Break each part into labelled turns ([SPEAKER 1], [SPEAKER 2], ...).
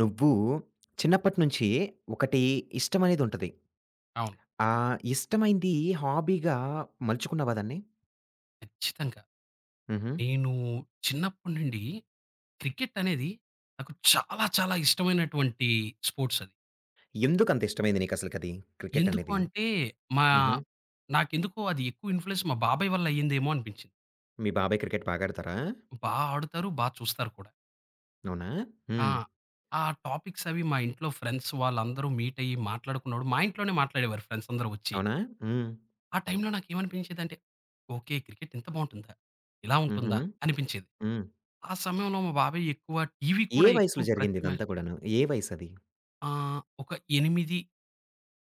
[SPEAKER 1] నువ్వు చిన్నప్పటి నుంచి ఒకటి ఇష్టమనేది ఉంటది.
[SPEAKER 2] అవును.
[SPEAKER 1] ఆ ఇష్టమైంది హాబీగా మలుచుకున్నావా దాన్ని?
[SPEAKER 2] ఖచ్చితంగా.
[SPEAKER 1] హుహు.
[SPEAKER 2] నేను చిన్నప్పటి నుండి క్రికెట్ అనేది నాకు చాలా, చాలా ఇష్టమైనటువంటి స్పోర్ట్స్ అది.
[SPEAKER 1] ఎందుకంత ఇష్టమైంది నీకసలకది? క్రికెట్
[SPEAKER 2] ఎందుకు
[SPEAKER 1] అనేది?
[SPEAKER 2] అంటే మా
[SPEAKER 1] హుహు.
[SPEAKER 2] నాకెందుకో అది ఎక్కువ ఇన్‌ఫ్లూయన్స్ మా బాబాయ్ వల్ల అయ్యిందేమో అనిపించింది.
[SPEAKER 1] మీ బాబాయ్ క్రికెట్ బాగా ఆడతారా?
[SPEAKER 2] బా ఆడుతారు, బా చూస్తారు కూడా.
[SPEAKER 1] అవునా?
[SPEAKER 2] ఆ!
[SPEAKER 1] హ్మ్.
[SPEAKER 2] ఆ టాపిక్స్ అవి మా ఇంట్లో ఫ్రెండ్స్ వాళ్ళందరూ మీట్ అయ్యి మాట్లాడుకున్నప్పుడు మా ఇంట్లోనే మాట్లాడేవారు ఫ్రెండ్స్ అందరూ వచ్చి.
[SPEAKER 1] అవునా? హ్మ్.
[SPEAKER 2] ఆ టైంలో నాకేమనిపించేదంటే, ఓకే. క్రికెట్ ఇంత బావుంటుందా? ఇలా
[SPEAKER 1] హుహు.
[SPEAKER 2] ఉంటుందా? అనిపించేది.
[SPEAKER 1] హ్మ్.
[SPEAKER 2] ఆ సమయంలో మా బాబాయ్ ఎక్కువ టీవీ
[SPEAKER 1] ఏ
[SPEAKER 2] కూడా ఎక్కువ
[SPEAKER 1] వయసులో జరిగింది ఇదంతా కూడాను? ఏ వయసది?
[SPEAKER 2] ఒక 8,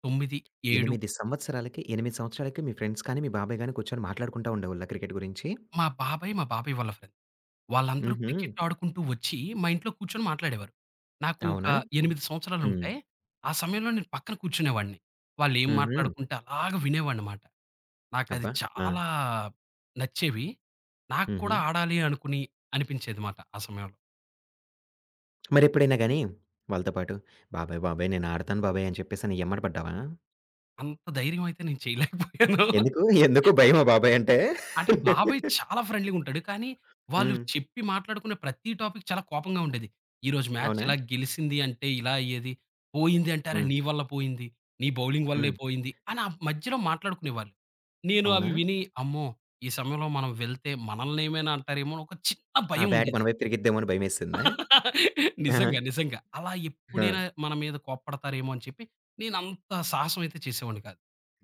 [SPEAKER 2] 9, 7
[SPEAKER 1] 8 సంవత్సరాలకి 8 సంవత్సరాలకి మీ ఫ్రెండ్స్ కానీ, మీ బాబాయ్ గాని కూర్చొని మాట్లాడుకుంటా ఉండేవాళ్ళా క్రికెట్ గురించి?
[SPEAKER 2] మా బాబాయ్ వాళ్ళ ఫ్రెండ్. వాళ్ళందరూ
[SPEAKER 1] హుహు.
[SPEAKER 2] క్రికెట్ ఆడుకుంటూ వచ్చి మా ఇంట్లో కూర్చొని మాట్లాడేవారు. నాకు ఒక
[SPEAKER 1] అవునా?
[SPEAKER 2] 8
[SPEAKER 1] హ్మ్.
[SPEAKER 2] సంవత్సరాలుంటాయి. ఆ సమయంలో నేను పక్కన కూర్చునేవాడిని. వాళ్ళేం
[SPEAKER 1] హుహు.
[SPEAKER 2] మాట్లాడుకుంటే అలాగా వినేవాడినమాట. నాకది
[SPEAKER 1] అబ్బా! ఆ!
[SPEAKER 2] చాలా నచ్చేవి. నాకు
[SPEAKER 1] హుహు.
[SPEAKER 2] కూడా ఆడాలి అనుకుని అనిపించేదిమాట ఆ సమయంలో.
[SPEAKER 1] మరెప్పుడైనా గాని వాళ్ళతో పాటు "బాబాయ్, బాబాయ్ నేను ఆడతాను బాబాయ్" అని చెప్పేసని ఎమ్మట పడ్డావా?
[SPEAKER 2] అంత ధైర్యం అయితే నేను చేయలేకపోయాను.
[SPEAKER 1] ఎందుకు? ఎందుకు భయమా బాబాయ్ అంటే?
[SPEAKER 2] అంటే బాబాయ్ చాలా ఫ్రెండ్లీగుంటాడు. కానీ, వాళ్ళు
[SPEAKER 1] హ్మ్.
[SPEAKER 2] చెప్పి మాట్లాడుకునే ప్రతి టాపిక్ చాలా కోపంగా ఉండేది. ఈరోజు మ్యాచ్
[SPEAKER 1] అవునా?
[SPEAKER 2] ఇలా గెలిసింది అంటే ఇలా అయ్యేది. పోయింది అంటే అరె!
[SPEAKER 1] హ్మ్.
[SPEAKER 2] నీ వల్ల పోయింది. నీ బౌలింగ్ వల్లే
[SPEAKER 1] హ్మ్.
[SPEAKER 2] పోయింది. అని ఆ మధ్యలో మాట్లాడుకునేవాళ్ళు. నేను
[SPEAKER 1] అవునా?
[SPEAKER 2] అవి విని అమ్మో! ఈ సమయంలో మనం వెళ్తే మనల్ని ఏమైనా అంటారేమో అని ఒక చిన్న
[SPEAKER 1] ఆ
[SPEAKER 2] భయం
[SPEAKER 1] బ్యాట్ మన
[SPEAKER 2] ఉండేది.
[SPEAKER 1] వైపు తిరిగిద్దేమో అని భయమేసిందా? ఆహా!
[SPEAKER 2] నిజంగా. నిజంగా. అలా
[SPEAKER 1] ఆ!
[SPEAKER 2] ఎప్పుడైనా మన మీద కోప్పడతారేమో అని చెప్పి నేనంత సాహసం అయితే చేసేవాడిని కాదు.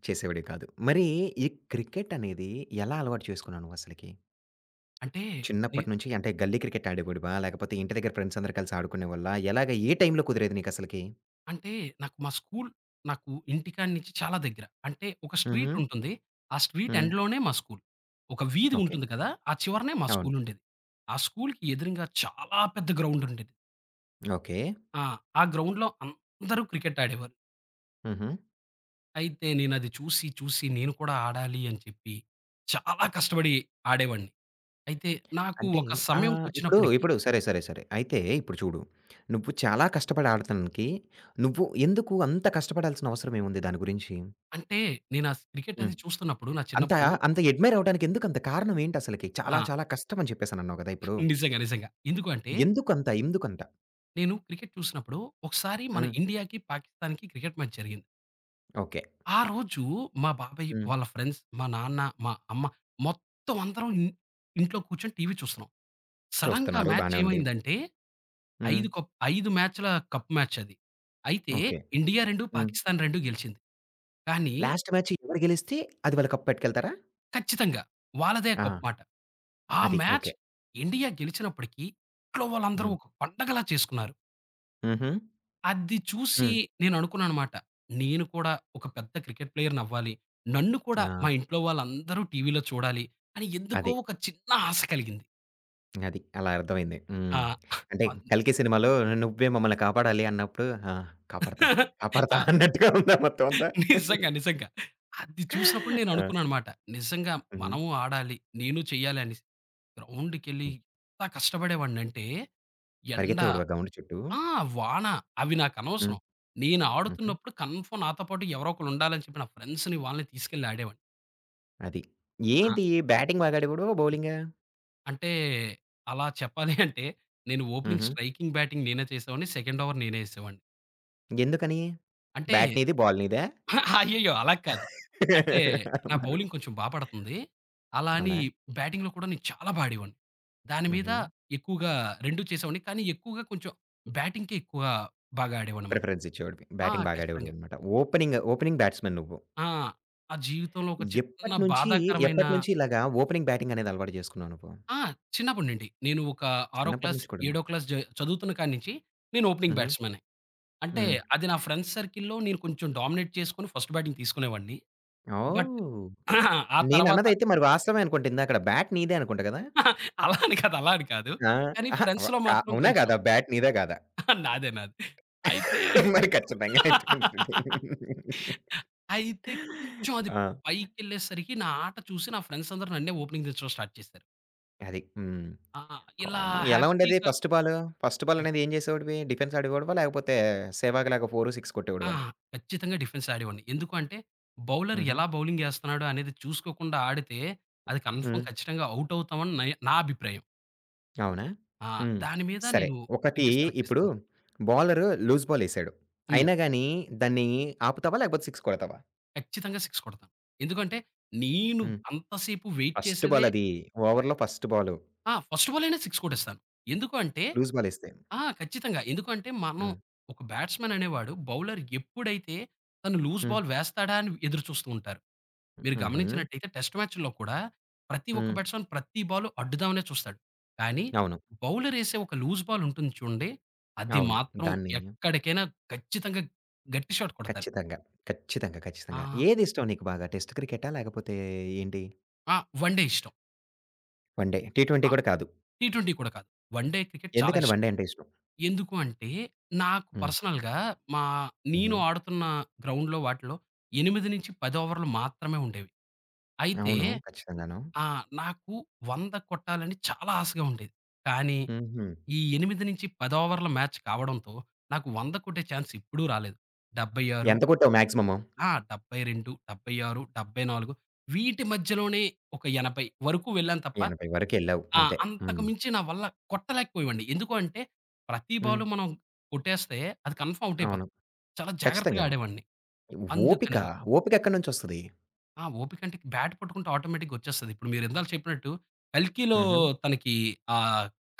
[SPEAKER 1] చేసేవాడివి కాదు. మరి ఈ క్రికెట్ అనేది ఎలా అలవాటు చేసుకున్నావు నువ్వసలకి?
[SPEAKER 2] అంటే నే
[SPEAKER 1] చిన్నప్పటి నుంచి అంటే గల్లీ క్రికెట్ ఆడేవాడివా? లేకపోతే ఇంటి దగ్గర ఫ్రెండ్స్ అందరూ కలిసి ఆడుకునేవాళ్ళా? ఎలాగ ఏ టైంలో కుదిరేది నీకసలకి?
[SPEAKER 2] అంటే నాకు మా స్కూల్ నాకు ఇంటికాడ నుంచి చాలా దగ్గర. అంటే ఒక
[SPEAKER 1] హుహు.
[SPEAKER 2] స్ట్రీట్ ఉంటుంది. ఆ స్ట్రీట్
[SPEAKER 1] హ్మ్.
[SPEAKER 2] ఎండ్‌లోనే మా స్కూల్. ఒక వీధి
[SPEAKER 1] ఓకే.
[SPEAKER 2] ఉంటుంది కదా! ఆ చివరనే మా
[SPEAKER 1] అవును.
[SPEAKER 2] స్కూల్ ఉండేది. ఆ స్కూల్‌కి ఎదురుంగా చాలా పెద్ద గ్రౌండ్ ఉండేది.
[SPEAKER 1] ఓకే.
[SPEAKER 2] ఆ! ఆ గ్రౌండ్‌లో అందరూ క్రికెట్ ఆడేవారు.
[SPEAKER 1] హుహు.
[SPEAKER 2] అయితే నేనది చూసి, చూసి నేను కూడా ఆడాలి అని చెప్పి చాలా కష్టపడి ఆడేవాడిని. అయితే నాకు
[SPEAKER 1] అంటే
[SPEAKER 2] ఒక
[SPEAKER 1] ఆ! ఇప్పుడు,
[SPEAKER 2] సమయంకొచ్చినప్పటికి
[SPEAKER 1] ఇప్పుడు సరే, సరే, సరే. అయితే ఇప్పుడు చూడు, నువ్వు చాలా కష్టపడి ఆడటానికి నువ్వు ఎందుకు అంత కష్టపడాల్సిన అవసరం ఏముంది దాని గురించి?
[SPEAKER 2] అంటే నేను ఆ క్రికెట్
[SPEAKER 1] హ్మ్.
[SPEAKER 2] అది చూస్తున్నప్పుడు నా
[SPEAKER 1] అంత
[SPEAKER 2] చిన్నప్పుడు
[SPEAKER 1] అంత అడ్మైర్ అవ్వడానికి ఎందుకంత కారణం ఏంటసలకి? చాలా
[SPEAKER 2] ఆ!
[SPEAKER 1] చాలా కష్టం అని చెప్పేసనన్నావు కదా! ఇప్పుడు.
[SPEAKER 2] నిజంగా. నిజంగా. ఎందుకు అంటే
[SPEAKER 1] ఎందుకంత?
[SPEAKER 2] నేను క్రికెట్ చూసినప్పుడు ఒకసారి మన
[SPEAKER 1] హ్మ్.
[SPEAKER 2] ఇండియాకి, పాకిస్తాన్‌కి క్రికెట్ మ్యాచ్ జరిగింది.
[SPEAKER 1] ఓకే.
[SPEAKER 2] ఆ రోజు మా బాబాయ్
[SPEAKER 1] హ్మ్.
[SPEAKER 2] వాళ్ళ ఫ్రెండ్స్, మా నాన్న, మా అమ్మ మొత్తం అందరం ఇంట్లో కూర్చొని టీవీ చూస్తున్నాం. సడెన్‌గా ఆ
[SPEAKER 1] చూస్తున్నారు.
[SPEAKER 2] మ్యాచ్
[SPEAKER 1] బానే ఉంది.
[SPEAKER 2] ఏమైందంటే
[SPEAKER 1] హ్మ్.
[SPEAKER 2] 5 మ్యాచ్‌ల కప్ మ్యాచ్ అది. అయితే
[SPEAKER 1] ఓకే.
[SPEAKER 2] ఇండియా 2,
[SPEAKER 1] హ్మ్.
[SPEAKER 2] పాకిస్తాన్ 2 గెలిచింది. కానీ
[SPEAKER 1] లాస్ట్ మ్యాచ్ ఎవరు గెలిస్తే అది వాళ్ళు కప్ పట్టుకెళ్తారా?
[SPEAKER 2] ఖచ్చితంగా వాళ్ళదే
[SPEAKER 1] ఆ!
[SPEAKER 2] కప్ మాట. ఆ
[SPEAKER 1] అది.
[SPEAKER 2] Match
[SPEAKER 1] okay.
[SPEAKER 2] ఇండియా గెలిచినప్పటికి ఇంట్లో వాళ్ళందరూ
[SPEAKER 1] హ్మ్.
[SPEAKER 2] ఒక పండగలా చేసుకున్నారు.
[SPEAKER 1] హుహు.
[SPEAKER 2] అది చూసి
[SPEAKER 1] హ్మ్.
[SPEAKER 2] నేననుకున్నాననమాట. నేను కూడా ఒక పెద్ద క్రికెట్ ప్లేయర్‌నవ్వాలి. నన్ను కూడా మా
[SPEAKER 1] ఆ!
[SPEAKER 2] ఇంట్లో వాళ్ళందరూ టీవీలో చూడాలి అని ఎందుకో
[SPEAKER 1] అది.
[SPEAKER 2] ఒక చిన్న ఆశ కలిగింది.
[SPEAKER 1] అది. అలా అర్థమైంది.
[SPEAKER 2] ఆ!
[SPEAKER 1] హ్మ్. అంటే 'కల్కి' సినిమాలో నువ్వే మమ్మల్ని కాపాడాలి అన్నప్పుడు ఆ! కాపాడతా, కాపాడతా
[SPEAKER 2] అన్ ఆ!
[SPEAKER 1] అన్నట్టుగా ఉందా మొత్తం అంతా?
[SPEAKER 2] నిజంగా. నిజంగా. అది చూసినప్పుడు
[SPEAKER 1] ఆ!
[SPEAKER 2] నేననుకున్నాననమాట. నిజంగా
[SPEAKER 1] హుహు.
[SPEAKER 2] మనము ఆడాలి. నేను చెయ్యాలి అనేసి. గ్రౌండ్‌కెళ్ళి
[SPEAKER 1] హ్మ్.
[SPEAKER 2] ఎంత కష్టపడేవాడినంటే ఎండ,
[SPEAKER 1] పరిగెత్తేవాడివా గ్రౌండ్ చుట్టూ?
[SPEAKER 2] ఆ! వాన అవి
[SPEAKER 1] హ్మ్.
[SPEAKER 2] నాకనవసరం. నేను
[SPEAKER 1] హుహు.
[SPEAKER 2] ఆడుతున్నప్పుడు కన్ఫర్మ్ నాతో పాటు ఎవరో ఒకళ్ళు ఉండాలని చెప్పి నా ఫ్రెండ్స్‌ని వాళ్ళని తీసుకెళ్ళి ఆడేవాడిని.
[SPEAKER 1] అది.
[SPEAKER 2] ఆ!
[SPEAKER 1] ఏంటి బ్యాటింగ్ బాగా ఆడేవాడు బౌలింగా?
[SPEAKER 2] అంటే అలా చెప్పాలి అంటే నేను ఓపెనింగ్
[SPEAKER 1] హుహు.
[SPEAKER 2] స్ట్రైకింగ్, బ్యాటింగ్ నేనే చేసేవాడిని. సెకండ్ ఓవర్ నేనే ఏసేవాడిని.
[SPEAKER 1] ఎందుకని?
[SPEAKER 2] అంటే
[SPEAKER 1] బ్యాట్ నీది, బాల్ నీదా?
[SPEAKER 2] అయ్యయ్యో! అలా కాదు. అంటే నా
[SPEAKER 1] మరి.
[SPEAKER 2] బౌలింగ్ కొంచెం బా పడుతుంది. అలా అని
[SPEAKER 1] అవునా?
[SPEAKER 2] బ్యాటింగ్‌లో కూడా నేను చాలా బా ఆడేవాడిని. దాని మీద
[SPEAKER 1] హుహు.
[SPEAKER 2] ఎక్కువగా 2 చేసేవాడిని. కానీ ఎక్కువగా కొంచెం బ్యాటింగ్‌కే ఎక్కువ బాగా ఆడేవాడినమాట.
[SPEAKER 1] ప్రిఫరెన్స్ ఇచ్చేవాడివి. బ్యాటింగ్ బాగా
[SPEAKER 2] ఖచ్చితంగా.
[SPEAKER 1] ఆడేవాడివన్నమాట. ఓపెనింగ్ బ్యాట్స్‌మన్ నువ్వు.
[SPEAKER 2] ఆ! ఆ జీవితంలో ఒక చిన్న
[SPEAKER 1] ఎప్పటినుంచి,
[SPEAKER 2] బాధాకరమైన
[SPEAKER 1] ఎప్పటినుంచి ఇలాగా ఓపెనింగ్ బ్యాటింగ్ అనేది అలవాటు చేసుకున్నావు నువ్వు?
[SPEAKER 2] ఆ! చిన్నప్పటి నుండి. నేను ఒక ఆరో
[SPEAKER 1] చిన్నప్పటి
[SPEAKER 2] క్లాస్,
[SPEAKER 1] నుంచి కూడాను.
[SPEAKER 2] ఏడో క్లాస్ చదువుతున్న కాడి నుంచి నేను ఓపెనింగ్
[SPEAKER 1] హుహు.
[SPEAKER 2] బ్యాట్స్‌మెన్. అంటే
[SPEAKER 1] హ్మ్.
[SPEAKER 2] అది నా ఫ్రెండ్స్ సర్కిల్‌లో నేను కొంచెం డామినేట్ చేసుకొని ఫస్ట్ బ్యాటింగ్ తీసుకునేవాడిని. బట్
[SPEAKER 1] ఓహ్!
[SPEAKER 2] ఆ తర్వాత
[SPEAKER 1] నేనన్నదైతే మరి వాస్తవమే అనుకుంట ఇందాకడ. బ్యాట్ నీదే అనుకుంట గదా!
[SPEAKER 2] అలా అని కాదు, అలా అని కాదు.
[SPEAKER 1] ఆ!
[SPEAKER 2] కానీ
[SPEAKER 1] అహా! వ
[SPEAKER 2] ఫ్రెండ్స్‌లో
[SPEAKER 1] కా
[SPEAKER 2] మాత్రం
[SPEAKER 1] అవునా
[SPEAKER 2] కొంచెం
[SPEAKER 1] కాదా? బ్యాట్ నీదా కాదా?
[SPEAKER 2] నాదే నాదే. అయితే
[SPEAKER 1] మరి ఖచ్చితంగా అయితే ఉంటుంది.
[SPEAKER 2] అయితే కొంచెం అది
[SPEAKER 1] ఆ!
[SPEAKER 2] పైకెళ్ళేసరికి నా ఆట చూసి నా ఫ్రెండ్స్ అందరూ నన్నే ఓపెనింగ్ దించడం స్టార్ట్ చేశారు.
[SPEAKER 1] అది. హ్మ్.
[SPEAKER 2] ఆ! ఇలా
[SPEAKER 1] కామ్ ఎలా ఉండేది
[SPEAKER 2] హ్యాపీగా
[SPEAKER 1] ఫస్ట్ బాలు? ఫస్ట్ బాల్ అనేది ఏం చేసేవాడివి? డిఫెన్స్ ఆడేవాడివా? లేకపోతే సెహ్వాగ్ లాగా 4, 6
[SPEAKER 2] ఆ!
[SPEAKER 1] కొట్టేవాడివా?
[SPEAKER 2] ఖచ్చితంగా డిఫెన్స్ ఆడేవాడిని. ఎందుకు అంటే, బౌలర్
[SPEAKER 1] హుహు.
[SPEAKER 2] ఎలా బౌలింగ్ ఏస్తున్నాడు అనేది చూసుకోకుండా ఆడితే, అది
[SPEAKER 1] హ్మ్.
[SPEAKER 2] కన్ఫర్మ్ ఖచ్చితంగా ఔట్ అవుతామని నా అభిప్రాయం.
[SPEAKER 1] అవునా?
[SPEAKER 2] ఆ!
[SPEAKER 1] హ్మ్.
[SPEAKER 2] దాని మీద
[SPEAKER 1] సరే.
[SPEAKER 2] నేను
[SPEAKER 1] ఒకటి
[SPEAKER 2] క్రికెట్ సెలెక్ట్
[SPEAKER 1] ఇప్పుడు
[SPEAKER 2] చేసుకున్నాను.
[SPEAKER 1] బౌలరు లూజ్ బాల్ ఎసాడు.
[SPEAKER 2] హ్మ్.
[SPEAKER 1] అయినా గాని దాన్ని ఆపుతావా? లేకపోతే 6 కొడతావా?
[SPEAKER 2] ఖచ్చితంగా 6 కొడతాను. ఎందుకంటే, నేను
[SPEAKER 1] హ్మ్.
[SPEAKER 2] అంతసేపు వెయిట్
[SPEAKER 1] ఫస్ట్
[SPEAKER 2] చేసేదే
[SPEAKER 1] బాలది. ఓవర్‌లో ఫస్ట్ బాలు.
[SPEAKER 2] ఫస్ట్ బాలేనే 6 కొట్టేస్తాను. ఎందుకు అంటే
[SPEAKER 1] లూజ్ బాలేస్తే.
[SPEAKER 2] ఖచ్చితంగా. ఎందుకంటే, మనం
[SPEAKER 1] హ్మ్.
[SPEAKER 2] ఒక బ్యాట్స్‌మన్ అనేవాడు బౌలర్ ఎప్పుడైతే తను లూజ్
[SPEAKER 1] హ్మ్.
[SPEAKER 2] బాల్ వేస్తాడా అని ఎదురు చూస్తూ ఉంటారు. మీరు
[SPEAKER 1] హుహు.
[SPEAKER 2] గమనించినట్టయితే టెస్ట్ మ్యాచ్‌ల్లో కూడా ప్రతి ఒక్క
[SPEAKER 1] హ్మ్.
[SPEAKER 2] బ్యాట్స్‌మన్ ప్రతి బాలు అడ్డుదామనే చూస్తాడు. కానీ
[SPEAKER 1] అవును.
[SPEAKER 2] బౌలర్ ఏసే ఒక లూజ్ బాల్ ఉంటుంది చూడండి. అది
[SPEAKER 1] అవును.
[SPEAKER 2] మాత్రం
[SPEAKER 1] దాన్ని
[SPEAKER 2] ఎక్కడికైనా ఖచ్చితంగా గట్టి షాట్ కొడతారు.
[SPEAKER 1] ఖచ్చితంగా. ఖచ్చితంగా.
[SPEAKER 2] ఆ!
[SPEAKER 1] ఖచ్చితంగా. ఏదిష్టం నీకు బాగా? టెస్ట్ క్రికెటా? లేకపోతే ఏంటి?
[SPEAKER 2] ఆ! వన్ డే ఇష్టం.
[SPEAKER 1] One day. టీ ట్వెంటీ
[SPEAKER 2] ఆ!
[SPEAKER 1] కూడా కాదు.
[SPEAKER 2] టీ ట్వెంటీ కూడా కాదు. వన్ డే క్రికెట్ చాలా
[SPEAKER 1] ఎందుకని
[SPEAKER 2] ఇష్టం.
[SPEAKER 1] వన్ డే అంటే ఇష్టం?
[SPEAKER 2] ఎందుకు అంటే నాకు
[SPEAKER 1] హ్మ్.
[SPEAKER 2] పర్సనల్‌గా మా నేను
[SPEAKER 1] హుహు.
[SPEAKER 2] ఆడుతున్న గ్రౌండ్‌లో వాటిలో 8-10 ఓవర్‌లు మాత్రమే ఉండేవి. అయితే
[SPEAKER 1] అవును. ఖచ్చితంగాను.
[SPEAKER 2] ఆ! నాకు 100 కొట్టాలని చాలా ఆశగా ఉండేది. కానీ
[SPEAKER 1] హుహు.
[SPEAKER 2] ఈ 8-10 ఓవర్ల మ్యాచ్ కావడంతో నాకు 100 కొట్టే ఛాన్స్ ఎప్పుడూ రాలేదు. 76
[SPEAKER 1] ఎంత కొట్టావు మాక్సిమము?
[SPEAKER 2] ఆ! 72, 76, 74 వీటి మధ్యలోనే ఒక 80 వరకు వెళ్ళాను తప్ప
[SPEAKER 1] 80 వరకెళ్ళావు. అంతే.
[SPEAKER 2] అంతకు
[SPEAKER 1] హ్మ్.
[SPEAKER 2] మించి నా వల్ల కొట్టలేకపోయేవాడిని. ఎందుకు అంటే ప్రతి
[SPEAKER 1] హ్మ్.
[SPEAKER 2] బాలు మనం కొట్టేస్తే అది కన్ఫర్మ్ ఔట్
[SPEAKER 1] అవును.
[SPEAKER 2] అయిపోతుంది. చాలా జాగ్రత్తగా
[SPEAKER 1] ఖచ్చితంగాను.
[SPEAKER 2] ఆడేవాడిని.
[SPEAKER 1] ఓపిక,
[SPEAKER 2] అందుకని అలా.
[SPEAKER 1] ఓపిక ఎక్కడి నుంచొస్తది?
[SPEAKER 2] ఓపిక అంటే బ్యాట్ పట్టుకుంటే ఆటోమేటిక్‌గా వచ్చేస్తది. ఇప్పుడు మీరు ఇందాక చెప్పినట్టు 'కల్కి'లో
[SPEAKER 1] హుహు.
[SPEAKER 2] తనకి ఆ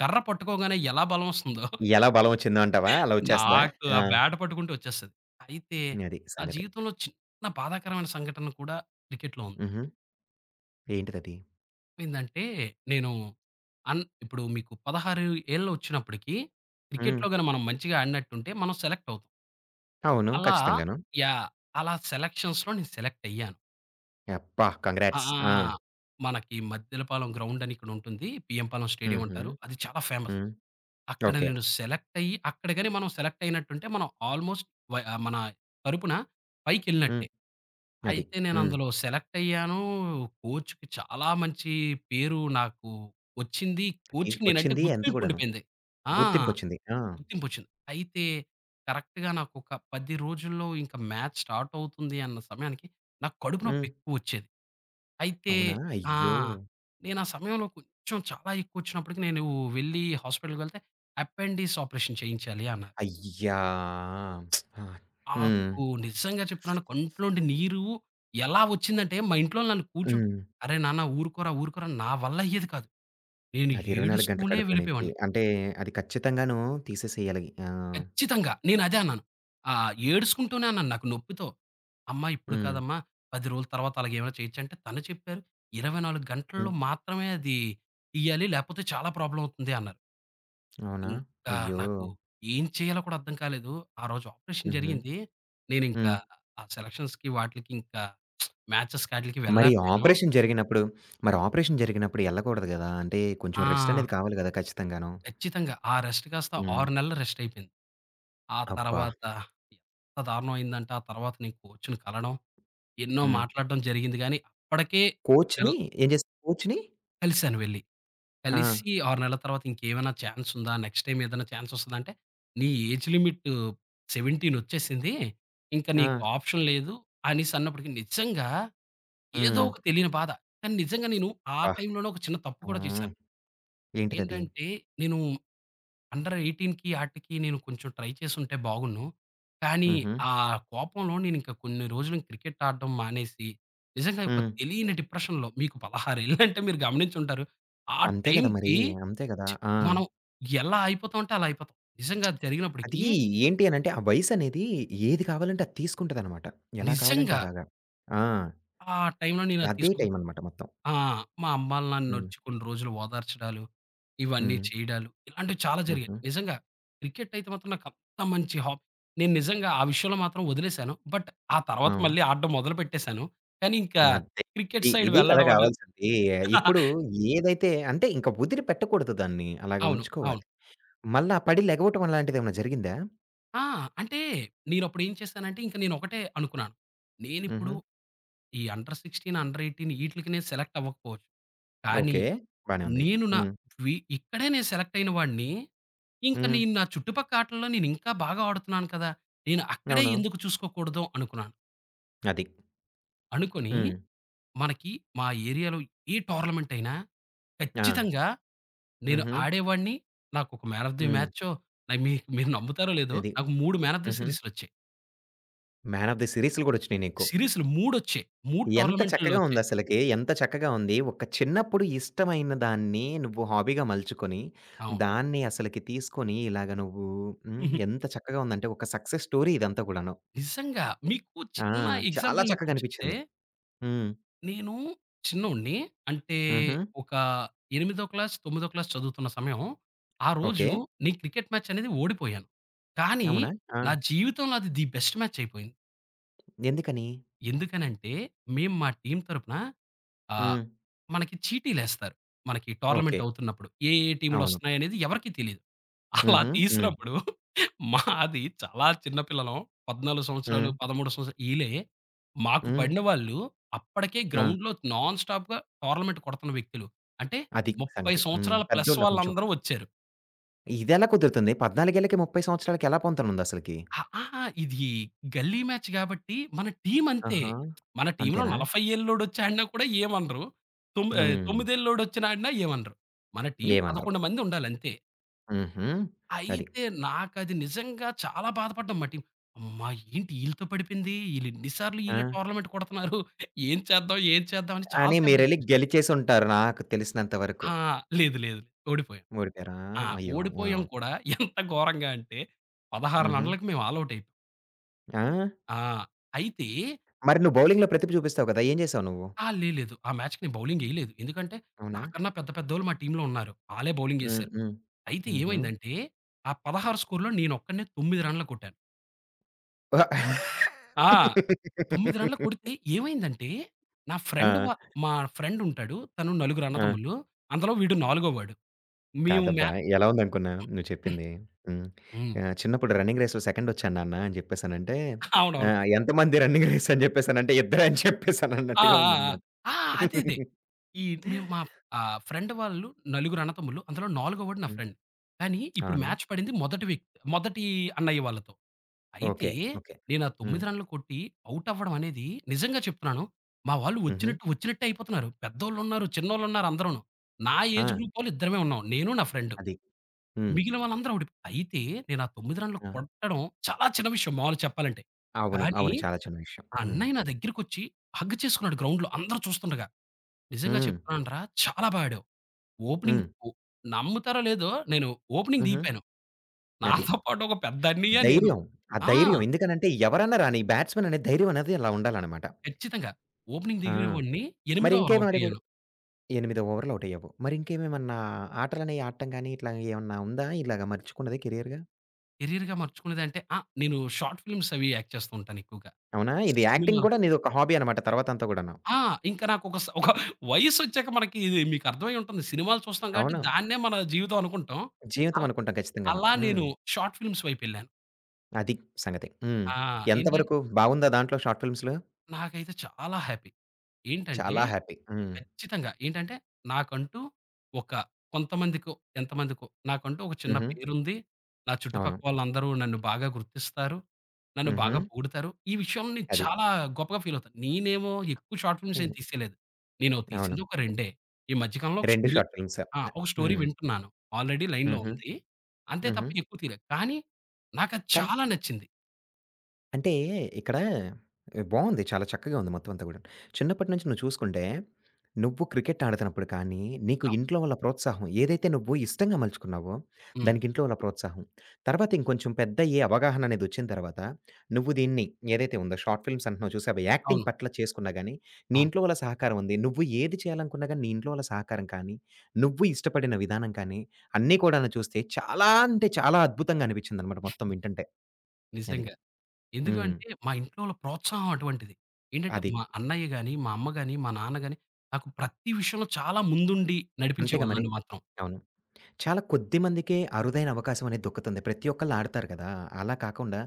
[SPEAKER 2] కర్ర పట్టుకోగానే ఎలా బలం వస్తుందో
[SPEAKER 1] ఎలా బలమొచ్చిందో అంటావా? అలా వచ్చేస్తదా?
[SPEAKER 2] నాకు
[SPEAKER 1] ఆ!
[SPEAKER 2] ఆ బ్యాట్ పట్టుకుంటే వచ్చేస్తది. అయితే
[SPEAKER 1] అది
[SPEAKER 2] నా
[SPEAKER 1] సంగతి.
[SPEAKER 2] జీవితంలో చిన్న బాధాకరమైన సంఘటన కూడా క్రికెట్‌లో ఉంది.
[SPEAKER 1] హుహు. ఏంటిదది?
[SPEAKER 2] ఏందంటే నేను అన్ ఇప్పుడు మీకు 16 ఏళ్ళు వచ్చినప్పటికి
[SPEAKER 1] హ్మ్.
[SPEAKER 2] క్రికెట్‌లో గాని మనం మంచిగా ఆడినట్టుంటే మనం సెలెక్ట్ అవుతాం.
[SPEAKER 1] అవును.
[SPEAKER 2] అలా
[SPEAKER 1] ఖచ్చితంగాను.
[SPEAKER 2] యాహ్! అలా సెలక్షన్స్‌లో నేను సెలెక్ట్ అయ్యాను.
[SPEAKER 1] అబ్బా!
[SPEAKER 2] ఆ!
[SPEAKER 1] కంగ్రాట్స్.
[SPEAKER 2] ఆ!
[SPEAKER 1] ఆ!
[SPEAKER 2] మనకి మద్దెలపాలెం గ్రౌండ్ అని ఇక్కడ ఉంటుంది. బియ్యంపాలెం స్టేడియం
[SPEAKER 1] హుహు.
[SPEAKER 2] అంటారు. అది చాలా ఫేమస్.
[SPEAKER 1] హ్మ్.
[SPEAKER 2] అక్కడ
[SPEAKER 1] ఓకే.
[SPEAKER 2] నేను సెలెక్ట్ అయ్యి అక్కడ గాని మనం సెలెక్ట్ అయినట్టుంటే మనం ఆల్మోస్ట్ మన తరపున
[SPEAKER 1] హ్మ్.
[SPEAKER 2] పైకెళ్ళినట్టే.
[SPEAKER 1] అది.
[SPEAKER 2] అయితే
[SPEAKER 1] హ్మ్.
[SPEAKER 2] నేనందులో సెలెక్ట్ అయ్యాను. కోచ్‌కి చాలా మంచి పేరు నాకు వచ్చింది.
[SPEAKER 1] తీస్
[SPEAKER 2] కోచ్‌కి నేనంటే
[SPEAKER 1] వచ్చింది ఎంత
[SPEAKER 2] గుర్తింపు
[SPEAKER 1] గూడాను.
[SPEAKER 2] ఉండిపోయింది. ఆ!
[SPEAKER 1] గుర్తింపొచ్చింది. ఆ!
[SPEAKER 2] గుర్తింపొచ్చింది. అయితే కరెక్ట్‌గా నాకొక 10 రోజుల్లో ఇంక మ్యాచ్ స్టార్ట్ అవుతుంది అన్న సమయానికి నాకు కడుపు నొప్పి
[SPEAKER 1] హ్మ్.
[SPEAKER 2] ఎక్కువొచ్చేది. అయితే
[SPEAKER 1] అవునా?
[SPEAKER 2] ఆ!
[SPEAKER 1] అయ్యో!
[SPEAKER 2] నేనా సమయంలో కొంచెం చాలా ఎక్కువొచ్చినప్పటికి నేను వెళ్ళి హాస్పిటల్‌కెళ్తే అపెండిస్ ఆపరేషన్ చేయించాలి అన్నారు.
[SPEAKER 1] అయ్యా! ఆ! హ్మ్.
[SPEAKER 2] నాకు నిజంగా చెప్తున్నాను కంట్లోండి నీరు ఎలా వచ్చిందంటే, మా ఇంట్లోళ్ళు నన్ను కూర్చో
[SPEAKER 1] హ్మ్.
[SPEAKER 2] "అరే నాన్న ఊరుకోరా, ఊరుకోరా" నా వల్ల అయ్యేది కాదు. నేను
[SPEAKER 1] అది 24 గంటల
[SPEAKER 2] ఏడుస్తూనే
[SPEAKER 1] కడుపులో నొప్పి.
[SPEAKER 2] వెళ్ళిపోయేవాడిని.
[SPEAKER 1] అంటే అది ఖచ్చితంగాను తీసేసేయాలి. ఆ!
[SPEAKER 2] ఖచ్చితంగా నేనదే అన్నాను. ఏడుసుకుంటూనే అన్నాను నాకు నొప్పితో. "అమ్మ ఇప్పుడు
[SPEAKER 1] హ్మ్.
[SPEAKER 2] కాదమ్మా, 10 రోజుల తర్వాత అలాగ ఏమైనా చేయొచ్చు" అంటే తను చెప్పారు. "24 గంటల్లో
[SPEAKER 1] హ్మ్.
[SPEAKER 2] మాత్రమే అది ఇయ్యాలి. లేకపోతే చాలా ప్రాబ్లమ్ అవుతుంది" అన్నారు.
[SPEAKER 1] అవునా?
[SPEAKER 2] ఇంకా
[SPEAKER 1] అయ్యో!
[SPEAKER 2] నాకు ఏం చేయాలో కూడా అర్థం కాలేదు. ఆ రోజు ఆపరేషన్
[SPEAKER 1] హుహు.
[SPEAKER 2] జరిగింది. నేనింకా
[SPEAKER 1] హ్మ్.
[SPEAKER 2] ఆ సెలక్షన్స్‌కి వాటిలకి ఇంకా మ్యాచెస్‌కి ఆటిలకి
[SPEAKER 1] మరి
[SPEAKER 2] వెళ్ళలేకపోయాను.
[SPEAKER 1] ఆపరేషన్ జరిగినప్పుడు మరి ఆపరేషన్ జరిగినప్పుడు ఎళ్ళకూడదు గదా! అంటే కొంచెం రెస్ట్
[SPEAKER 2] ఆ!
[SPEAKER 1] అనేది కావాలి గదా! ఖచ్చితంగాను.
[SPEAKER 2] ఖచ్చితంగా. ఆ రెస్ట్ కాస్త
[SPEAKER 1] హ్మ్.
[SPEAKER 2] 6 నెలల రెస్ట్ అయిపోయింది. ఆ
[SPEAKER 1] అబ్బా!
[SPEAKER 2] తర్వాత ఎంత దారుణం అయిందంటే ఆ తర్వాత నేను కోచ్‌ని కలడం, ఎన్నో
[SPEAKER 1] హ్మ్.
[SPEAKER 2] మాట్లాడడం జరిగింది గానీ అప్పటికే వెల్
[SPEAKER 1] కోచ్‌ని ఏం చేసారు? కోచ్‌ని
[SPEAKER 2] కలిసాను వెళ్లి.
[SPEAKER 1] ఆ!
[SPEAKER 2] కలిసి 6 నెలల తర్వాత ఇంకేమైనా ఛాన్స్ ఉందా? నెక్స్ట్ టైమ్ ఏదైనా ఛాన్స్ వస్తదా? అంటే నీ ఏజ్ లిమిట్ 17 వచ్చేసింది. ఇంక
[SPEAKER 1] ఆ!
[SPEAKER 2] నీకు ఆప్షన్ లేదు అనేసి అన్నప్పటికి నిజంగా ఏదో
[SPEAKER 1] హ్మ్.
[SPEAKER 2] ఒక తెలియని బాధ. కానీ నిజంగా నేను ఆ
[SPEAKER 1] అబ్బా!
[SPEAKER 2] టైమ్‌లోనే ఒక చిన్న తప్పు కూడా
[SPEAKER 1] హ్మ్.
[SPEAKER 2] చేశాను.
[SPEAKER 1] ఏంటిదది?
[SPEAKER 2] ఏంటంటే నేను అండర్ 18కి ఆటికి నేను కొంచెం ట్రై చేసుంటే బాగున్ను. కానీ
[SPEAKER 1] హుహు.
[SPEAKER 2] ఆ కోపంలో నేనింక కొన్ని రోజులు క్రికెట్ ఆడడం మానేసి, నిజంగా ఒక
[SPEAKER 1] హ్మ్.
[SPEAKER 2] తెలియని డిప్రెషన్‌లో మీకు 16 ఏళ్ళంటే మీరు గమనించుంటారు. ఆ
[SPEAKER 1] అంతే గదా! మరి.
[SPEAKER 2] టైంకి
[SPEAKER 1] అంతే గదా!
[SPEAKER 2] చ్
[SPEAKER 1] ఆ!
[SPEAKER 2] మనం ఎలా అయిపోతామంటే అలా అయిపోతాం. నిజంగా
[SPEAKER 1] అది
[SPEAKER 2] జరిగినప్పటికి
[SPEAKER 1] ఏంటి అనంటే ఆ వయసనేది ఏది కావాలంటే అది తీసుకుంటదనమాట. ఎలా కావాలంటే
[SPEAKER 2] నిజంగా
[SPEAKER 1] అలాగా. ఆ!
[SPEAKER 2] ఆ టైంలో నేను అది
[SPEAKER 1] అదే
[SPEAKER 2] తీసుకోక
[SPEAKER 1] టైం అనమాట మొత్తం.
[SPEAKER 2] ఆ! మా అమ్మాళ్ళు
[SPEAKER 1] హ్మ్.
[SPEAKER 2] నన్నొచ్చి కొన్ని రోజులు ఓదార్చడాలు, ఇవన్నీ
[SPEAKER 1] హ్మ్.
[SPEAKER 2] చేయడాలు, ఇలాంటివి చాలా జరిగాయి.
[SPEAKER 1] హుహు.
[SPEAKER 2] నిజంగా క్రికెటయితే మాత్రం నాకంత మంచి హాబీ. నేను నిజంగా ఆ విషయంలో మాత్రం వదిలేశాను. బట్ ఆ తర్వాత
[SPEAKER 1] ఆ!
[SPEAKER 2] మళ్ళీ ఆడడం మొదలుపెట్టేశాను. కానీ ఇంకా
[SPEAKER 1] అదే.
[SPEAKER 2] క్రికెట్
[SPEAKER 1] ఇ
[SPEAKER 2] సైడ్
[SPEAKER 1] ఇది కదా
[SPEAKER 2] వెళ్ళడం అనేది
[SPEAKER 1] కావాల్సింది. ఇప్పుడు ఏదైతే అంటే ఇంక వదిలి పెట్టకూడదు దాన్ని. అలాగ
[SPEAKER 2] అవును. అవును.
[SPEAKER 1] ఉంచుకోవాలి. మళ్ళా పడి లెగవటం అలాంటిదేమన్నా జరిగిందా?
[SPEAKER 2] ఆ! అంటే నేనప్పుడు ఏం చేశానంటే ఇంక నేనొకటే అనుకున్నాను. నేనిప్పుడు
[SPEAKER 1] హుహు.
[SPEAKER 2] ఈ అండర్ 16, అండర్ 18 ఈట్లికి నేను సెలెక్ట్ అవ్వకపోవచ్చు. కానీ
[SPEAKER 1] ఓకే. బానే ఉంది.
[SPEAKER 2] నేను నా
[SPEAKER 1] హ్మ్.
[SPEAKER 2] ఇక్కడే నేను సెలెక్ట్ అయిన వాడిని. ఇంక
[SPEAKER 1] హ్మ్.
[SPEAKER 2] నేను నా చుట్టుపక్క ఆటల్లో నేను ఇంకా బాగా ఆడుతున్నాను కదా! నేను అక్కడే
[SPEAKER 1] అవును.
[SPEAKER 2] ఎందుకు చూసుకోకూడదు అనుకున్నాను.
[SPEAKER 1] అది.
[SPEAKER 2] అనుకోని
[SPEAKER 1] హ్మ్.
[SPEAKER 2] మనకి మా ఏరియాలో ఏ టోర్నమెంట్ అయినా
[SPEAKER 1] ఆ!
[SPEAKER 2] ఖచ్చితంగా నేను
[SPEAKER 1] హుహు.
[SPEAKER 2] ఆడేవాడిని. నాకొక మ్యాన్ ఆఫ్ ది
[SPEAKER 1] హ్మ్.
[SPEAKER 2] మ్యాచో నాకు మీ మీరు నమ్ముతారో లేదో
[SPEAKER 1] అది.
[SPEAKER 2] నాకు 3 మ్యాన్ ఆఫ్ ది
[SPEAKER 1] హుహు.
[SPEAKER 2] సీరీస్‌లొచ్చాయి.
[SPEAKER 1] 'మ్యాన్ ఆఫ్ ది సీరీస్‌లు' గూడొచ్చినియి నీకు.
[SPEAKER 2] సీరీస్‌లు 3 వచ్చాయి. 3
[SPEAKER 1] ఎంత
[SPEAKER 2] టోర్నమెంట్‌ల్లో
[SPEAKER 1] చక్కగా
[SPEAKER 2] వచ్చాయి.
[SPEAKER 1] ఉందసలకి. ఎంత చక్కగా ఉంది. ఒక చిన్నప్పుడు ఇష్టమైన దాన్ని నువ్వు హాబీగా మలుచుకొని,
[SPEAKER 2] అవును.
[SPEAKER 1] దాన్ని అసలకి తీసుకొని ఇలాగ నువ్వు హ్మ్. ఎంత చక్కగా ఉందంటే ఒక సక్సెస్ స్టోరీ ఇదంతా కూడాను.
[SPEAKER 2] నిజంగా మీకు
[SPEAKER 1] ఆ!
[SPEAKER 2] చిన్న
[SPEAKER 1] చాలా
[SPEAKER 2] ఎగ్జాంపుల్
[SPEAKER 1] చక్కగా
[SPEAKER 2] నీకోటి చెప్తే
[SPEAKER 1] అనిపిచ్చింది. హ్మ్.
[SPEAKER 2] నేను చిన్నోడిని. అంటే
[SPEAKER 1] హుహు.
[SPEAKER 2] ఒక 8 క్లాస్, 9 క్లాస్ చదువుతున్న సమయం. ఆ రోజు
[SPEAKER 1] ఓకే.
[SPEAKER 2] నేను క్రికెట్ మ్యాచ్ అనేది ఓడిపోయాను. కానీ
[SPEAKER 1] అవునా? ఆ!
[SPEAKER 2] నా జీవితంలో అది ది బెస్ట్ మ్యాచ్ అయిపోయింది.
[SPEAKER 1] ఎందుకని?
[SPEAKER 2] ఎందుకనంటే మేము మా టీమ్ తరపున ఆహ్,
[SPEAKER 1] హ్మ్.
[SPEAKER 2] మనకి చీటీలేస్తారు. మనకి
[SPEAKER 1] ఓకే.
[SPEAKER 2] టోర్నమెంట్ అవుతున్నప్పుడు. ఏ ఏ
[SPEAKER 1] అవును.
[SPEAKER 2] టీమ్‌లొస్తున్నాయనేది ఎవరికీ తెలీదు. అలా
[SPEAKER 1] హుహు. హ్మ్.
[SPEAKER 2] తీసినప్పుడు మాది చాలా చిన్న పిల్లలం. 14 సంవత్సరాలు,
[SPEAKER 1] హ్మ్.
[SPEAKER 2] 13 సంవత్సరాలు ఈలే. మాకు
[SPEAKER 1] హ్మ్.
[SPEAKER 2] పడిన వాళ్ళు అప్పటికే
[SPEAKER 1] ఆ!
[SPEAKER 2] గ్రౌండ్‌లో నాన్ స్టాప్‌గా టోర్నమెంట్ కొడుతున్న వ్యక్తులు. అంటే
[SPEAKER 1] అది
[SPEAKER 2] 30
[SPEAKER 1] సంగతి. హ్మ్.
[SPEAKER 2] సంవత్సరాల ప్లస్
[SPEAKER 1] పెద్దోళ్ళా కొంచెం.
[SPEAKER 2] వాళ్ళందరూ వచ్చారు.
[SPEAKER 1] ఇదెలా కుదురుతుంది? 14 ఏళ్ళకి 30 సంవత్సరాలకి ఎలా పొంతనుందసలకి?
[SPEAKER 2] అ ఆహా! ఇది గల్లీ మ్యాచ్ కాబట్టి మన టీమ్ అంతే.
[SPEAKER 1] ఆహా!
[SPEAKER 2] మన టీమ్‌లో
[SPEAKER 1] అంతేనా?
[SPEAKER 2] 40 ఏళ్లోడొచ్చి ఆడినా కూడా ఏమనరు.
[SPEAKER 1] హ్మ్.
[SPEAKER 2] 9 ఏళ్లోడొచ్చిన ఆడినా ఏమనరు. మన టీమ్
[SPEAKER 1] ఏమనరు.
[SPEAKER 2] 11 మంది ఉండాలి అంతే.
[SPEAKER 1] హుహు. అది.
[SPEAKER 2] అయితే నాకది నిజంగా చాలా బాధపడ్డాం మా టీమ్. అమ్మా! ఏంటి ఈళ్ళతో పడిపోయింది. ఈళ్ళు ఎన్ని సార్లు ఈళ్ళే
[SPEAKER 1] ఆ!
[SPEAKER 2] టోర్నమెంట్ కొడుతున్నారు. ఏం చేద్దాం, ఏం చేద్దాం అని చాలా
[SPEAKER 1] అని
[SPEAKER 2] సేపు
[SPEAKER 1] మీరెళ్లి
[SPEAKER 2] డిస్కషన్.
[SPEAKER 1] గెలిచేసుంటారు నాకు తెలిసినంత వరకు.
[SPEAKER 2] ఆ! లేదు, లేదు. లేదు, ఓడిపోయాం.
[SPEAKER 1] ఓడిపోయారా?
[SPEAKER 2] ఆ!
[SPEAKER 1] అయ్యో! ఆ!
[SPEAKER 2] ఓడిపోయాం కూడా ఎంత ఘోరంగా అంటే 16
[SPEAKER 1] హుహు.
[SPEAKER 2] రన్‌లకి మేము ఆల్ ఔట్ అయిపోయాం.
[SPEAKER 1] ఆ!
[SPEAKER 2] ఆ! అయితే
[SPEAKER 1] మరి నువ్వు బౌలింగ్‌లో ప్రతిభ చూపిస్తావు కదా! ఏం చేసావు నువ్వు?
[SPEAKER 2] ఆళ్ళేయలేదు. ఆ మ్యాచ్‌కి నేను బౌలింగ్ ఎయలేదు. ఎందుకంటే
[SPEAKER 1] అవునా?
[SPEAKER 2] నాకన్నా పెద్ద పెద్దోళ్ళు మా టీమ్‌లో ఉన్నారు. ఆళ్ళే బౌలింగ్
[SPEAKER 1] హ్మ్.
[SPEAKER 2] ఎసారు.
[SPEAKER 1] హ్మ్.
[SPEAKER 2] అయితే
[SPEAKER 1] హుహు.
[SPEAKER 2] ఏమైందంటే ఆ 16 స్కోర్‌లో నేనొక్కడినే 9 రన్‌లు కొట్టాను.
[SPEAKER 1] ఓహ్!
[SPEAKER 2] ఆ! 9 రన్‌లకు కొడితే ఏమైందంటే, నా ఫ్రెండ్
[SPEAKER 1] ఆ!
[SPEAKER 2] వా మా ఫ్రెండ్ ఉంటాడు. తను నలుగురు
[SPEAKER 1] ఆ!
[SPEAKER 2] అన్నదమ్ములు. అందులో వీడు నాలుగోవాడు. మేము మ్యా
[SPEAKER 1] కాదబ్బా! ఎలా ఉందనుకున్నా నువ్వు చెప్పింది? హ్మ్.
[SPEAKER 2] హ్మ్.
[SPEAKER 1] ఆహ్, చిన్నప్పుడు రన్నింగ్ రేస్‌లో సెకండొచ్చాను నాన్న అని చెప్పేసనంటే,
[SPEAKER 2] అవునవును.
[SPEAKER 1] ఆహ్, ఎంతమంది రన్నింగ్ రేస్ అని చెప్పేసనంటే, ఇద్దరే అని
[SPEAKER 2] ఆ!
[SPEAKER 1] చెప్పేసనన్నట్టుగా
[SPEAKER 2] ఆ! ఆ!
[SPEAKER 1] ఉందన్నమాట.
[SPEAKER 2] ఆ! అదే అదే. ఈ మేము మా ఆహ్, ఫ్రెండ్ వాళ్ళు నలుగురు అన్నదమ్ములు. అందులో నాలుగోవాడు నా
[SPEAKER 1] హ్మ్.
[SPEAKER 2] ఫ్రెండ్. కానీ ఇప్పుడు
[SPEAKER 1] అవునా?
[SPEAKER 2] మ్యాచ్ పడింది మొదటి వ్యక్తి మొదటి అన్నయ్య వాళ్ళతో. అయితే
[SPEAKER 1] ఓకే. ఓకే.
[SPEAKER 2] నేను ఆ
[SPEAKER 1] హ్మ్.
[SPEAKER 2] 9 రన్‌లు కొట్టి ఔట్ అవ్వడం అనేది నిజంగా చెప్తున్నాను. మా వాళ్ళు
[SPEAKER 1] హుహు.
[SPEAKER 2] వచ్చినట్టు వచ్చినట్టే అయిపోతున్నారు. పెద్దోళ్ళున్నారు, చిన్నోళ్ళున్నారు అందరూను. నా ఏజ్
[SPEAKER 1] ఆ!
[SPEAKER 2] గ్రూప్ వాళ్ళు ఇద్దరమే ఉన్నాం. నేను నా ఫ్రెండ్.
[SPEAKER 1] అది. హ్మ్.
[SPEAKER 2] మిగిలిన వాళ్ళందరూ ఒకటి. అయితే నేను ఆ 9 రన్‌లు
[SPEAKER 1] ఆ!
[SPEAKER 2] కొట్టడం చాలా చిన్న విషయం మామూలుగా చెప్పాలంటే.
[SPEAKER 1] అవును.
[SPEAKER 2] కానీ
[SPEAKER 1] అవును. చాలా చిన్న విషయం.
[SPEAKER 2] ఆ
[SPEAKER 1] హ్మ్.
[SPEAKER 2] అన్నయ్య నా దగ్గరికొచ్చి హగ్ చేసుకున్నాడు గ్రౌండ్‌లో అందరూ చూస్తుండగా. నిజంగా
[SPEAKER 1] హ్మ్.
[SPEAKER 2] చెప్తున్నానురా చాలా బా ఆడావు. ఓపెనింగ్
[SPEAKER 1] హ్మ్.
[SPEAKER 2] ఒ నమ్ముతారో లేదో నేను ఓపెనింగ్
[SPEAKER 1] హుహు.
[SPEAKER 2] దిగిపోయాను.
[SPEAKER 1] అది.
[SPEAKER 2] నాతో పాటు ఒక పెద్ద అన్నయ్య నేను.
[SPEAKER 1] ధైర్యం. ఆ
[SPEAKER 2] ఆ!
[SPEAKER 1] ధైర్యం. ఎందుకనంటే ఎవరన్నా రాని బ్యాట్స్‌మన్ అనే ధైర్యం అనేది అలా ఉండాలనమాట.
[SPEAKER 2] ఖచ్చితంగా. ఓపెనింగ్
[SPEAKER 1] ఆ!
[SPEAKER 2] దిగినవాడిని.
[SPEAKER 1] మరి
[SPEAKER 2] 8వ
[SPEAKER 1] ఇంకేమి అడిగాడు?
[SPEAKER 2] రౌండయ్యాను.
[SPEAKER 1] 8 ఓవర్‌లు ఔట్ అయ్యావు. మరి ఇంకేమేమన్నా ఆటలనేయి ఆడటం గాని, ఇట్లా ఏమన్నా ఉందా? ఇలాగ మలుచుకున్నది కెరియర్‌గా?
[SPEAKER 2] కెరియర్‌గా మలుచుకునేదంటే నేను షార్ట్ ఫిల్మ్స్ అవి యాక్ట్ చేస్తూ ఉంటాను ఎక్కువగా.
[SPEAKER 1] అవునా? ఇది యాక్టింగ్
[SPEAKER 2] సినిమాల
[SPEAKER 1] గూడా నీదొక హాబీ అనమాట తర్వాతంతా గూడాను.
[SPEAKER 2] ఆ! ఇంకా నాకొక స ఒక వయసొచ్చాక మనకి ఇది మీకర్థమై ఉంటుంది. సినిమాలు చూస్తాం కాబట్టి
[SPEAKER 1] అవును.
[SPEAKER 2] దాన్నే మన జీవితం అనుకుంటాం.
[SPEAKER 1] జీవితం
[SPEAKER 2] అల్
[SPEAKER 1] అనుకుంటాం ఖచ్చితంగాను.
[SPEAKER 2] అలా
[SPEAKER 1] హ్మ్.
[SPEAKER 2] నేను షార్ట్ ఫిల్మ్స్ వైపెళ్ళాను.
[SPEAKER 1] అది సంగతి. హ్మ్.
[SPEAKER 2] ఆ!
[SPEAKER 1] ఎంత
[SPEAKER 2] ఏంటంటే
[SPEAKER 1] వరకు బావుందా దాంట్లో షార్ట్ ఫిల్మ్స్‌లో?
[SPEAKER 2] నాకైతే చాలా హ్యాపీ. ఏంటంటే
[SPEAKER 1] చాలా హ్యాపీ. హ్మ్.
[SPEAKER 2] ఖచ్చితంగా ఏంటంటే నాకంటూ ఒక కొంతమందికో, ఎంతమందికో నాకంటూ ఒక చిన్న
[SPEAKER 1] హుహు.
[SPEAKER 2] పేరుంది. నా
[SPEAKER 1] అవును.
[SPEAKER 2] చుట్టుపక్కల వాళ్ళందరూ నన్ను బాగా గుర్తిస్తారు. నన్ను
[SPEAKER 1] హుహు.
[SPEAKER 2] బాగా పొగుడుతారు. ఈ విషయంలో నేను
[SPEAKER 1] అది.
[SPEAKER 2] చాలా గొప్పగా ఫీలవుతాను. నేనేమో ఎక్కువ షార్ట్ ఫిల్మ్స్ ఏం తీసేయలేదు. నేను
[SPEAKER 1] అవును.
[SPEAKER 2] తీసింది ఒక రెండే. ఈ మధ్య కాలంలో ఒక
[SPEAKER 1] 2
[SPEAKER 2] స్టోరీ
[SPEAKER 1] షార్ట్ ఫిల్మ్స్.
[SPEAKER 2] ఒక స్టోరీ
[SPEAKER 1] హ్మ్.
[SPEAKER 2] వింటున్నాను. ఆల్రెడీ లైన్‌లో హ్మ్.
[SPEAKER 1] హుహు.
[SPEAKER 2] ఉంది. అంతే
[SPEAKER 1] హుహు.
[SPEAKER 2] తప్ప ఎక్కువ తీయలేదు. కానీ నాకది
[SPEAKER 1] కానీ
[SPEAKER 2] చాలా నచ్చింది.
[SPEAKER 1] అంటే ఇక్కడ బావుంది. చాలా చక్కగా ఉంది మొత్తం అంతా గూడాను. చిన్నప్పటి నుంచి నువ్వు చూసుకుంటే, నువ్వు క్రికెట్ ఆడుతున్నప్పుడు కానీ, నీకు
[SPEAKER 2] అవ్
[SPEAKER 1] ఇంట్లో వాళ్ళ ప్రోత్సాహం ఏదైతే నువ్వు ఇష్టంగా మలుచుకున్నావో,
[SPEAKER 2] హ్మ్.
[SPEAKER 1] దానికి ఇంట్లో వాళ్ళ ప్రోత్సాహం. తర్వాత ఇంకొంచెం పెద్ద అయ్యి అవగాహన అనేదొచ్చిన తర్వాత, నువ్వు దీన్ని ఏదైతే ఉందో షార్ట్ ఫిల్మ్స్ అంటున్నావు చూసావా? యాక్టింగ్
[SPEAKER 2] అవును.
[SPEAKER 1] పట్ల చేసుకున్నా గానీ, నీ
[SPEAKER 2] అవును.
[SPEAKER 1] ఇంట్లో వాళ్ళ సహకారం ఉంది. నువ్వు ఏది చేయాలనుకున్నా గానీ, నీ ఇంట్లో వాళ్ళ సహకారం కానీ, నువ్వు ఇష్టపడిన విధానం కానీ, అన్నీ కూడాను చూస్తే చాలా అంటే చాలా అద్భుతంగా అనిపిచ్చిందనమాట మొత్తం వింటంటే. అది.
[SPEAKER 2] నిజంగా. ఎందుకు
[SPEAKER 1] హ్మ్.
[SPEAKER 2] అంటే మా ఇంట్లో వాళ్ళ ప్రోత్సాహం అటువంటిది. ఏంటంటే
[SPEAKER 1] అది.
[SPEAKER 2] మా అన్నయ్య గాని, మా అమ్మ గాని, మా నాన్న గాని నాకు ప్రతి విషయంలో చాలా ముందుండి
[SPEAKER 1] అంతేగా
[SPEAKER 2] నడిపించేవాళ్ళు
[SPEAKER 1] మరి.
[SPEAKER 2] నన్ను మాత్రం.
[SPEAKER 1] అవును. చాలా కొద్ది మందికే అరుదైన అవకాశం అనేది దొక్కుతుంది. ప్రతి ఒక్కళ్ళు ఆడతారు కదా! అలా కాకుండా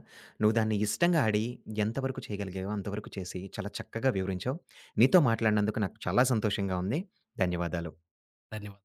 [SPEAKER 1] నువ్వు దాన్ని ఇష్టంగా ఆడి ఎంతవరకు చేయగలిగావో అంతవరకు చేసి చాలా చక్కగా వివరించావు. నీతో మాట్లాడినందుకు నాకు చాలా సంతోషంగా ఉంది. ధన్యవాదాలు.
[SPEAKER 2] ధన్యవాదాలు.